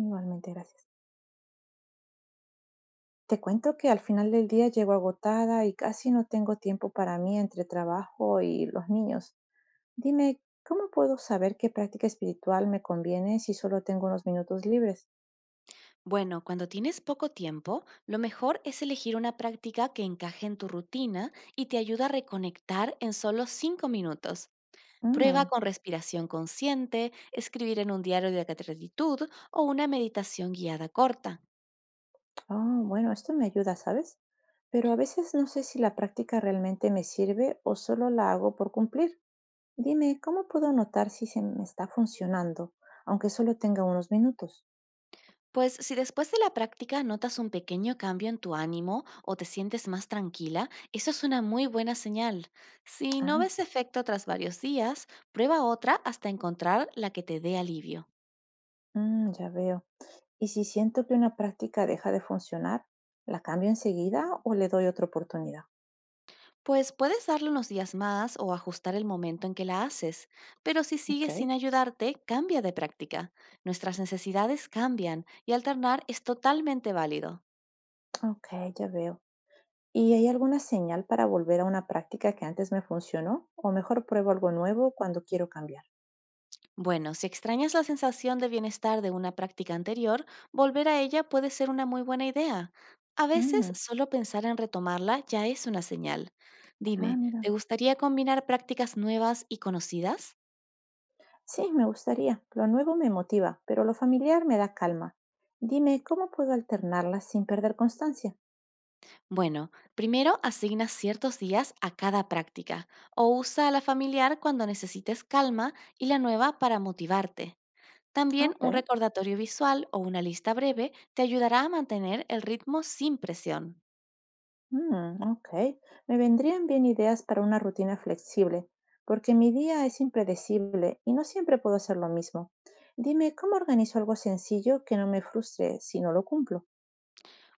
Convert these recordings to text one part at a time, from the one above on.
Igualmente, gracias. Te cuento que al final del día llego agotada y casi no tengo tiempo para mí entre trabajo y los niños. Dime, ¿cómo puedo saber qué práctica espiritual me conviene si solo tengo unos minutos libres? Bueno, cuando tienes poco tiempo, lo mejor es elegir una práctica que encaje en tu rutina y te ayuda a reconectar en solo 5 minutos. Prueba Mm. con respiración consciente, escribir en un diario de gratitud o una meditación guiada corta. Oh, bueno, esto me ayuda, ¿sabes? Pero a veces no sé si la práctica realmente me sirve o solo la hago por cumplir. Dime, ¿cómo puedo notar si se me está funcionando, aunque solo tenga unos minutos? Pues si después de la práctica notas un pequeño cambio en tu ánimo o te sientes más tranquila, eso es una muy buena señal. Si no Ah. ves efecto tras varios días, prueba otra hasta encontrar la que te dé alivio. Ya veo. Y si siento que una práctica deja de funcionar, ¿la cambio enseguida o le doy otra oportunidad? Pues puedes darle unos días más o ajustar el momento en que la haces, pero si Ok, sigues sin ayudarte, cambia de práctica. Nuestras necesidades cambian y alternar es totalmente válido. ok, ya veo. ¿Y hay alguna señal para volver a una práctica que antes me funcionó? ¿O mejor pruebo algo nuevo cuando quiero cambiar? Bueno, si extrañas la sensación de bienestar de una práctica anterior, volver a ella puede ser una muy buena idea. A veces Mm. solo pensar en retomarla ya es una señal. Ah, Dime, ¿te mira. gustaría combinar prácticas nuevas y conocidas? Sí, me gustaría. Lo nuevo me motiva, pero lo familiar me da calma. Dime, ¿cómo puedo alternarlas sin perder constancia? Bueno, primero asigna ciertos días a cada práctica o usa a la familiar cuando necesites calma y la nueva para motivarte. También Ok. un recordatorio visual o una lista breve te ayudará a mantener el ritmo sin presión. Ok, me vendrían bien ideas para una rutina flexible, porque mi día es impredecible y no siempre puedo hacer lo mismo. Dime, ¿cómo organizo algo sencillo que no me frustre si no lo cumplo?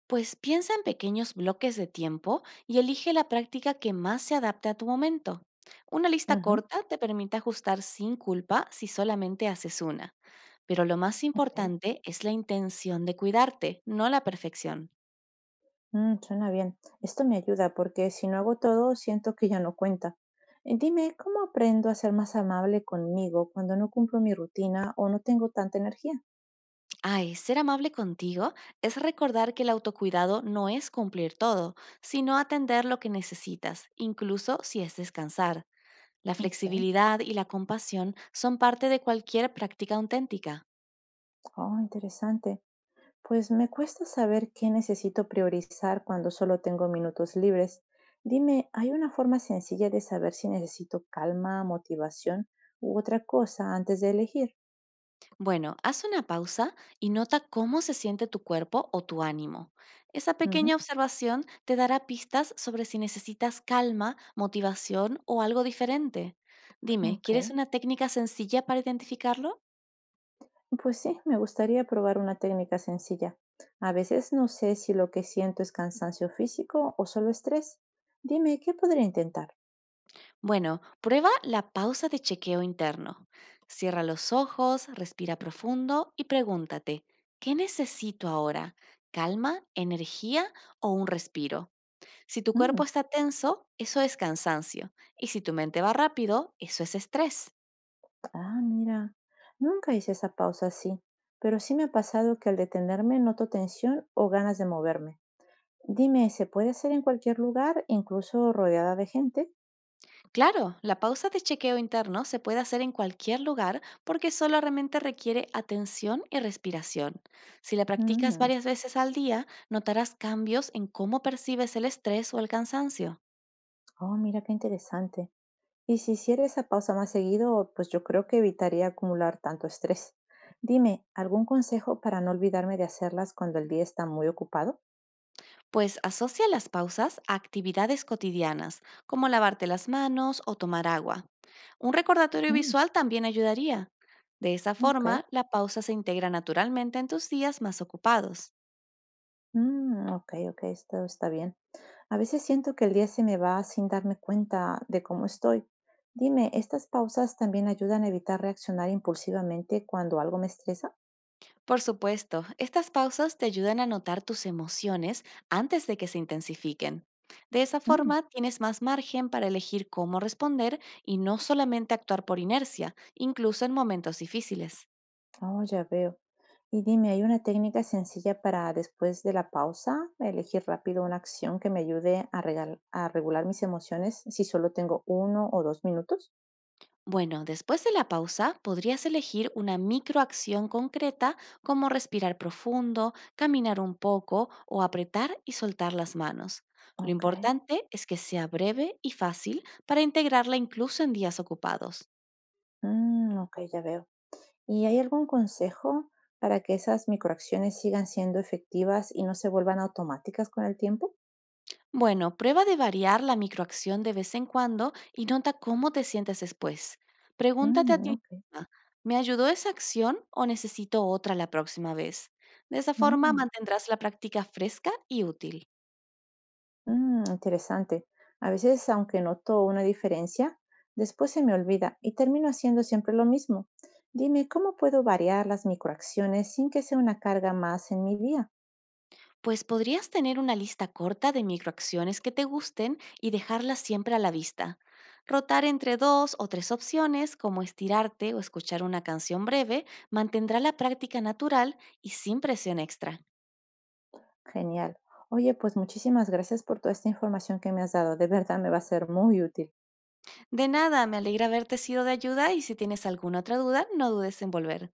Pues piensa en pequeños bloques de tiempo y elige la práctica que más se adapte a tu momento. Una lista Ujú. corta te permite ajustar sin culpa si solamente haces una. Pero lo más Ok. importante es la intención de cuidarte, no la perfección. Suena bien. Esto me ayuda porque si no hago todo, siento que ya no cuenta. Dime, ¿cómo aprendo a ser más amable conmigo cuando no cumplo mi rutina o no tengo tanta energía? Ay, ser amable contigo es recordar que el autocuidado no es cumplir todo, sino atender lo que necesitas, incluso si es descansar. La Ok. flexibilidad y la compasión son parte de cualquier práctica auténtica. Oh, interesante. Pues me cuesta saber qué necesito priorizar cuando solo tengo minutos libres. Dime, ¿hay una forma sencilla de saber si necesito calma, motivación u otra cosa antes de elegir? Bueno, haz una pausa y nota cómo se siente tu cuerpo o tu ánimo. Esa Ujú. pequeña observación te dará pistas sobre si necesitas calma, motivación o algo diferente. Dime, Ok. ¿quieres una técnica sencilla para identificarlo? Pues sí, me gustaría probar una técnica sencilla. A veces no sé si lo que siento es cansancio físico o solo estrés. Dime, ¿qué podría intentar? Bueno, prueba la pausa de chequeo interno. Cierra los ojos, respira profundo y pregúntate, ¿qué necesito ahora? ¿Calma, energía o un respiro? Si tu Mm. cuerpo está tenso, eso es cansancio. Y si tu mente va rápido, eso es estrés. Ah, mira, nunca hice esa pausa así, pero sí me ha pasado que al detenerme noto tensión o ganas de moverme. Dime, ¿se puede hacer en cualquier lugar, incluso rodeada de gente? Claro, la pausa de chequeo interno se puede hacer en cualquier lugar porque solamente requiere atención y respiración. Si la practicas Mm. varias veces al día, notarás cambios en cómo percibes el estrés o el cansancio. Oh, mira qué interesante. Y si hiciera esa pausa más seguido, pues yo creo que evitaría acumular tanto estrés. Dime, ¿algún consejo para no olvidarme de hacerlas cuando el día está muy ocupado? Pues asocia las pausas a actividades cotidianas, como lavarte las manos o tomar agua. Un recordatorio Mm. visual también ayudaría. De esa Ok. forma, la pausa se integra naturalmente en tus días más ocupados. Ok, ok, esto está bien. A veces siento que el día se me va sin darme cuenta de cómo estoy. Dime, ¿estas pausas también ayudan a evitar reaccionar impulsivamente cuando algo me estresa? Por supuesto, estas pausas te ayudan a notar tus emociones antes de que se intensifiquen. De esa Mm. forma, tienes más margen para elegir cómo responder y no solamente actuar por inercia, incluso en momentos difíciles. Oh, ya veo. Y dime, ¿hay una técnica sencilla para después de la pausa elegir rápido una acción que me ayude a regular mis emociones si solo tengo 1 o 2 minutos? Bueno, después de la pausa podrías elegir una microacción concreta como respirar profundo, caminar un poco o apretar y soltar las manos. Lo Ok. importante es que sea breve y fácil para integrarla incluso en días ocupados. Ok, ya veo. ¿Y hay algún consejo para que esas microacciones sigan siendo efectivas y no se vuelvan automáticas con el tiempo? Bueno, prueba de variar la microacción de vez en cuando y nota cómo te sientes después. Pregúntate a Mm. ti Ok. misma, ¿me ayudó esa acción o necesito otra la próxima vez? De esa forma Mm. mantendrás la práctica fresca y útil. Interesante. A veces, aunque noto una diferencia, después se me olvida y termino haciendo siempre lo mismo. Dime, ¿cómo puedo variar las microacciones sin que sea una carga más en mi día? Pues podrías tener una lista corta de microacciones que te gusten y dejarlas siempre a la vista. Rotar entre dos o tres opciones, como estirarte o escuchar una canción breve, mantendrá la práctica natural y sin presión extra. Genial. Oye, pues muchísimas gracias por toda esta información que me has dado. De verdad me va a ser muy útil. De nada, me alegra haberte sido de ayuda y si tienes alguna otra duda, no dudes en volver.